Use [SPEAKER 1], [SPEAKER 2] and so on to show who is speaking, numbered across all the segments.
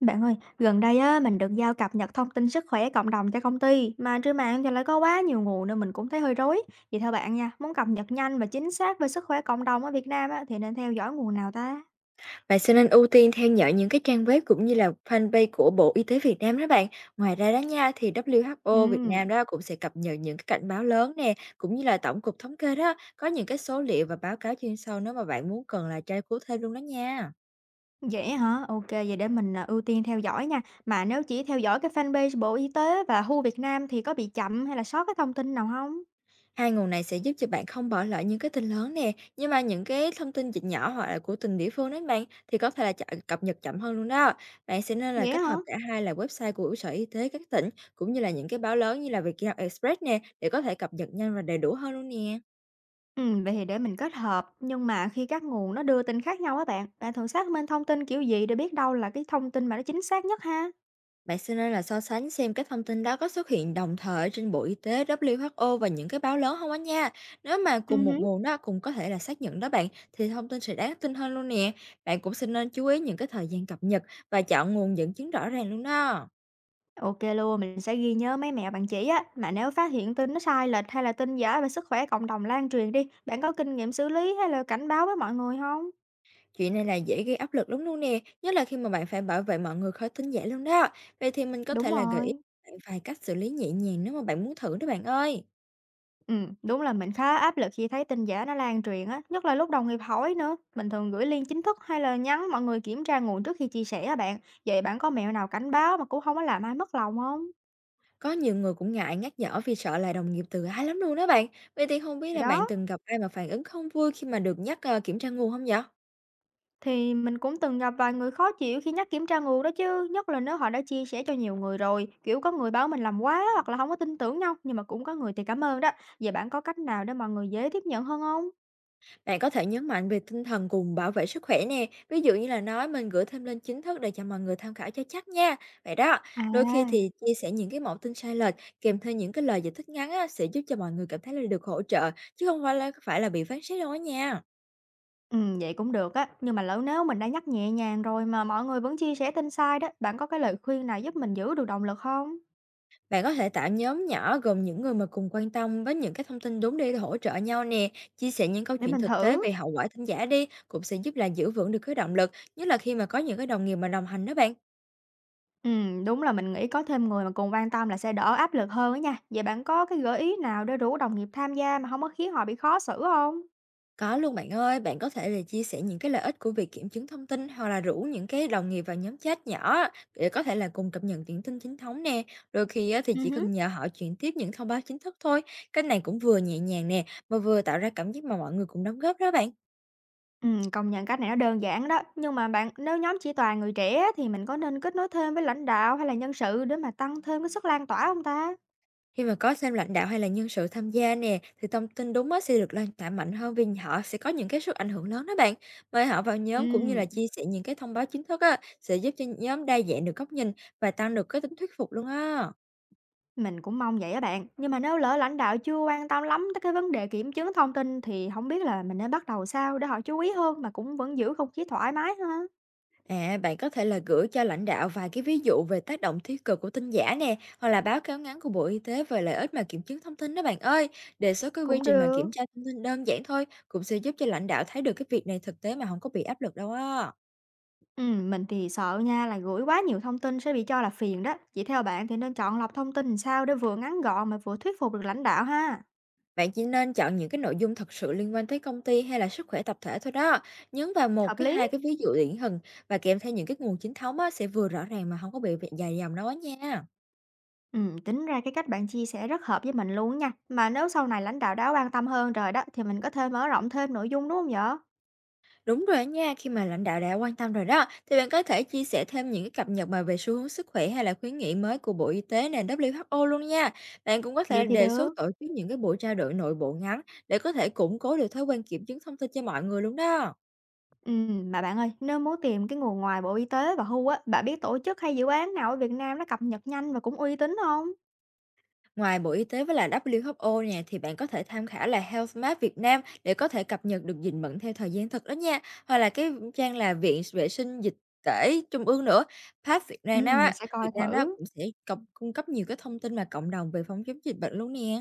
[SPEAKER 1] Bạn ơi, gần đây á, mình được giao cập nhật thông tin sức khỏe cộng đồng cho công ty, mà trên mạng thì lại có quá nhiều nguồn nên mình cũng thấy hơi rối. Vậy theo bạn nha, muốn cập nhật nhanh và chính xác về sức khỏe cộng đồng ở Việt Nam á, thì nên theo dõi nguồn nào ta?
[SPEAKER 2] Bạn sẽ nên ưu tiên theo dõi những cái trang web cũng như là fanpage của Bộ Y tế Việt Nam đó bạn. Ngoài ra đó nha, thì WHO Việt
[SPEAKER 1] Ừ,
[SPEAKER 2] Nam đó cũng sẽ cập nhật những cái cảnh báo lớn nè, cũng như là Tổng cục Thống kê đó, có những cái số liệu và báo cáo chuyên sâu nếu mà bạn muốn cần là tra cứu thêm luôn đó nha.
[SPEAKER 1] vậy hả? Ok, vậy để mình ưu tiên theo dõi nha. Mà nếu chỉ theo dõi cái fanpage Bộ Y tế và WHO Việt Nam thì có bị chậm hay là sót cái thông tin nào không?
[SPEAKER 2] Hai nguồn này sẽ giúp cho bạn không bỏ lỡ những cái tin lớn nè, nhưng mà những cái thông tin dịch nhỏ hoặc là của từng địa phương đó bạn thì có thể là cập nhật chậm hơn luôn đó. Bạn sẽ nên là
[SPEAKER 1] Vậy
[SPEAKER 2] kết
[SPEAKER 1] hả?
[SPEAKER 2] hợp cả hai là website của Sở Y tế các tỉnh cũng như là những cái báo lớn như là Vietnam Express nè để có thể cập nhật nhanh và đầy đủ hơn luôn nè.
[SPEAKER 1] Ừ, vậy thì để mình kết hợp. Nhưng mà khi các nguồn nó đưa tin khác nhau á bạn, bạn thường xác minh thông tin kiểu gì để biết đâu là cái thông tin mà nó chính xác nhất ha?
[SPEAKER 2] Bạn sẽ nên là so sánh xem cái thông tin đó có xuất hiện đồng thời trên Bộ Y tế, WHO và những cái báo lớn không á nha. Nếu mà
[SPEAKER 1] Ừ,
[SPEAKER 2] cùng một
[SPEAKER 1] hứm,
[SPEAKER 2] nguồn đó cũng có thể là xác nhận đó bạn, thì thông tin sẽ đáng tin hơn luôn nè. Bạn cũng sẽ nên chú ý những cái thời gian cập nhật và chọn nguồn dẫn chứng rõ ràng luôn đó.
[SPEAKER 1] ô luôn, mình sẽ ghi nhớ mấy mẹo bạn chỉ á. Mà nếu phát hiện tin nó sai lệch hay là tin giả về sức khỏe cộng đồng lan truyền đi, bạn có kinh nghiệm xử lý hay là cảnh báo với mọi người không?
[SPEAKER 2] Chuyện này là dễ gây áp lực lắm luôn nè, nhất là khi mà bạn phải bảo vệ mọi người khỏi tin giả luôn đó. Vậy thì mình có
[SPEAKER 1] Đúng
[SPEAKER 2] thể là gợi ý
[SPEAKER 1] rồi.
[SPEAKER 2] bạn vài cách xử lý nhẹ nhàng nếu mà bạn muốn thử đó bạn ơi.
[SPEAKER 1] Đúng là mình khá áp lực khi thấy tin giả nó lan truyền á, nhất là lúc đồng nghiệp hỏi nữa. Mình thường gửi link chính thức hay là nhắn mọi người kiểm tra nguồn trước khi chia sẻ á bạn. Vậy bạn có mẹo nào cảnh báo mà cũng không có làm ai mất lòng không?
[SPEAKER 2] Có nhiều người cũng ngại nhắc nhở vì sợ là đồng nghiệp tự ái lắm luôn đó bạn. Vậy thì không biết
[SPEAKER 1] Thì
[SPEAKER 2] là bạn
[SPEAKER 1] đó.
[SPEAKER 2] từng gặp ai mà phản ứng không vui khi mà được nhắc kiểm tra nguồn không vậy?
[SPEAKER 1] Thì mình cũng từng gặp vài người khó chịu khi nhắc kiểm tra nguồn đó chứ, nhất là nếu họ đã chia sẻ cho nhiều người rồi, kiểu có người báo mình làm quá hoặc là không có tin tưởng nhau, nhưng mà cũng có người thì cảm ơn đó. Vậy bạn có cách nào để mọi người dễ tiếp nhận hơn không?
[SPEAKER 2] Bạn có thể nhấn mạnh về tinh thần cùng bảo vệ sức khỏe nè. Ví dụ như là nói mình gửi thêm lên chính thức để cho mọi người tham khảo cho chắc nha. Vậy đó, đôi khi
[SPEAKER 1] À,
[SPEAKER 2] thì chia sẻ những cái mẫu tin sai lệch kèm theo những cái lời giải thích ngắn á, sẽ giúp cho mọi người cảm thấy là được hỗ trợ chứ không phải là bị phán xét đâu đó nha.
[SPEAKER 1] ừ, vậy cũng được á, nhưng mà lỡ nếu mình đã nhắc nhẹ nhàng rồi mà mọi người vẫn chia sẻ tin sai đó, bạn có cái lời khuyên nào giúp mình giữ được động lực không?
[SPEAKER 2] Bạn có thể tạo nhóm nhỏ gồm những người mà cùng quan tâm với những cái thông tin đúng đi để hỗ trợ nhau nè, chia sẻ những câu
[SPEAKER 1] Để
[SPEAKER 2] chuyện
[SPEAKER 1] mình
[SPEAKER 2] thực tế
[SPEAKER 1] thử.
[SPEAKER 2] về hậu quả thính giả đi, cũng sẽ giúp là giữ vững được cái động lực, nhất là khi mà có những cái đồng nghiệp mà đồng hành đó bạn.
[SPEAKER 1] Ừ, đúng là mình nghĩ có thêm người mà cùng quan tâm là sẽ đỡ áp lực hơn á nha. Vậy bạn có cái gợi ý nào để rủ đồng nghiệp tham gia mà không có khiến họ bị khó xử không?
[SPEAKER 2] Có luôn bạn ơi, bạn có thể là chia sẻ những cái lợi ích của việc kiểm chứng thông tin hoặc là rủ những cái đồng nghiệp vào nhóm chat nhỏ để có thể là cùng cập nhật những tin chính thống nè. Đôi khi á, thì chỉ
[SPEAKER 1] Ừ.
[SPEAKER 2] cần nhờ họ chuyển tiếp những thông báo chính thức thôi. Cách này cũng vừa nhẹ nhàng nè, mà vừa tạo ra cảm giác mà mọi người cùng đóng góp đó bạn.
[SPEAKER 1] Công nhận cách này nó đơn giản đó. Nhưng mà bạn, nếu nhóm chỉ toàn người trẻ á, thì mình có nên kết nối thêm với lãnh đạo hay là nhân sự để mà tăng thêm cái sức lan tỏa không ta?
[SPEAKER 2] Khi mà có thêm lãnh đạo hay là nhân sự tham gia nè, thì thông tin đúng á sẽ được lan tỏa mạnh hơn vì họ sẽ có những cái sức ảnh hưởng lớn đó bạn. Mời họ vào nhóm cũng như là
[SPEAKER 1] Ừm,
[SPEAKER 2] chia sẻ những cái thông báo chính thức á, sẽ giúp cho nhóm đa dạng được góc nhìn và tăng được cái tính thuyết phục luôn á.
[SPEAKER 1] mình cũng mong vậy á bạn. Nhưng mà nếu lỡ lãnh đạo chưa quan tâm lắm tới cái vấn đề kiểm chứng thông tin thì không biết là mình nên bắt đầu sao để họ chú ý hơn mà cũng vẫn giữ không khí thoải mái ha?
[SPEAKER 2] À, bạn có thể là gửi cho lãnh đạo vài cái ví dụ về tác động tiêu cực của tin giả nè, hoặc là báo cáo ngắn của Bộ Y tế về lợi ích mà kiểm chứng thông tin đó bạn ơi. Đề xuất cái quy
[SPEAKER 1] Cũng
[SPEAKER 2] trình mà kiểm
[SPEAKER 1] được.
[SPEAKER 2] tra thông tin đơn giản thôi cũng sẽ giúp cho lãnh đạo thấy được cái việc này thực tế mà không có bị áp lực đâu á.
[SPEAKER 1] Mình thì sợ nha là gửi quá nhiều thông tin sẽ bị cho là phiền đó. Chỉ theo bạn thì nên chọn lọc thông tin làm sao để vừa ngắn gọn mà vừa thuyết phục được lãnh đạo ha?
[SPEAKER 2] Bạn chỉ nên chọn những cái nội dung thật sự liên quan tới công ty hay là sức khỏe tập thể thôi đó. Nhấn vào một
[SPEAKER 1] Hợp
[SPEAKER 2] cái
[SPEAKER 1] lý.
[SPEAKER 2] hai cái ví dụ điển hình và kèm theo những cái nguồn chính thống á, sẽ vừa rõ ràng mà không có bị dài dòng đâu nha.
[SPEAKER 1] Tính ra cái cách bạn chia sẻ rất hợp với mình luôn nha. Mà nếu sau này lãnh đạo đã quan tâm hơn rồi đó thì mình có thể mở rộng thêm nội dung đúng không vậy?
[SPEAKER 2] Đúng rồi á nha, khi mà lãnh đạo đã quan tâm rồi đó, thì bạn có thể chia sẻ thêm những cái cập nhật mà về xu hướng sức khỏe hay là khuyến nghị mới của Bộ Y tế nền WHO luôn nha. Bạn cũng có
[SPEAKER 1] Vậy
[SPEAKER 2] thể
[SPEAKER 1] thì
[SPEAKER 2] đề
[SPEAKER 1] được.
[SPEAKER 2] xuất tổ chức những cái buổi trao đổi nội bộ ngắn để có thể củng cố được thói quen kiểm chứng thông tin cho mọi người luôn đó.
[SPEAKER 1] Mà bạn ơi, nếu muốn tìm cái nguồn ngoài Bộ Y tế và WHO á, bạn biết tổ chức hay dự án nào ở Việt Nam nó cập nhật nhanh và cũng uy tín không?
[SPEAKER 2] Ngoài Bộ Y tế với lại WHO nè thì bạn có thể tham khảo là Health Map Việt Nam để có thể cập nhật được dịch bệnh theo thời gian thực đó nha. Hoặc là cái trang là Viện Vệ sinh Dịch tễ Trung ương nữa. PATH Việt Nam đó
[SPEAKER 1] Mình
[SPEAKER 2] á,
[SPEAKER 1] sẽ
[SPEAKER 2] Việt
[SPEAKER 1] coi
[SPEAKER 2] Nam đó
[SPEAKER 1] thử.
[SPEAKER 2] cũng sẽ cung cấp nhiều cái thông tin mà cộng đồng về phòng chống dịch bệnh luôn nè.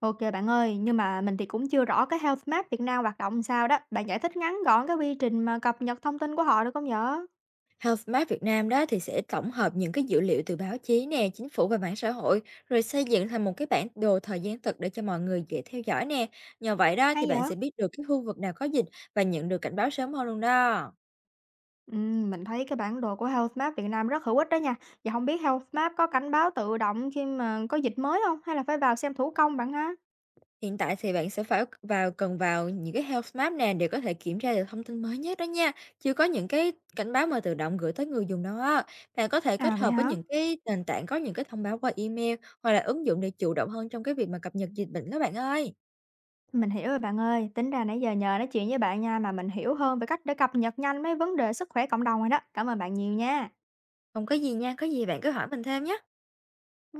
[SPEAKER 1] Ok bạn ơi, nhưng mà mình thì cũng chưa rõ cái Health Map Việt Nam hoạt động sao đó. Bạn giải thích ngắn gọn cái quy trình mà cập nhật thông tin của họ được không vậy?
[SPEAKER 2] Health Map Việt Nam đó thì sẽ tổng hợp những cái dữ liệu từ báo chí nè, chính phủ và mạng xã hội rồi xây dựng thành một cái bản đồ thời gian thực để cho mọi người dễ theo dõi nè. Nhờ vậy đó thì
[SPEAKER 1] Hay
[SPEAKER 2] bạn
[SPEAKER 1] vậy?
[SPEAKER 2] sẽ biết được cái khu vực nào có dịch và nhận được cảnh báo sớm hơn luôn đó.
[SPEAKER 1] Mình thấy cái bản đồ của Health Map Việt Nam rất hữu ích đó nha. Và không biết Health Map có cảnh báo tự động khi mà có dịch mới không, hay là phải vào xem thủ công bạn ha?
[SPEAKER 2] Hiện tại thì bạn sẽ phải vào cần vào những cái Health Map nè để có thể kiểm tra được thông tin mới nhất đó nha. Chưa có những cái cảnh báo mà tự động gửi tới người dùng đâu á. Bạn có thể
[SPEAKER 1] À,
[SPEAKER 2] kết
[SPEAKER 1] vậy
[SPEAKER 2] hợp với
[SPEAKER 1] hả?
[SPEAKER 2] những cái nền tảng có những cái thông báo qua email hoặc là ứng dụng để chủ động hơn trong cái việc mà cập nhật dịch bệnh đó bạn ơi.
[SPEAKER 1] Mình hiểu rồi bạn ơi. Tính ra nãy giờ nhờ nói chuyện với bạn nha mà mình hiểu hơn về cách để cập nhật nhanh mấy vấn đề sức khỏe cộng đồng rồi đó. Cảm ơn bạn nhiều nha.
[SPEAKER 2] Không có gì nha, có gì bạn cứ hỏi mình thêm nhé.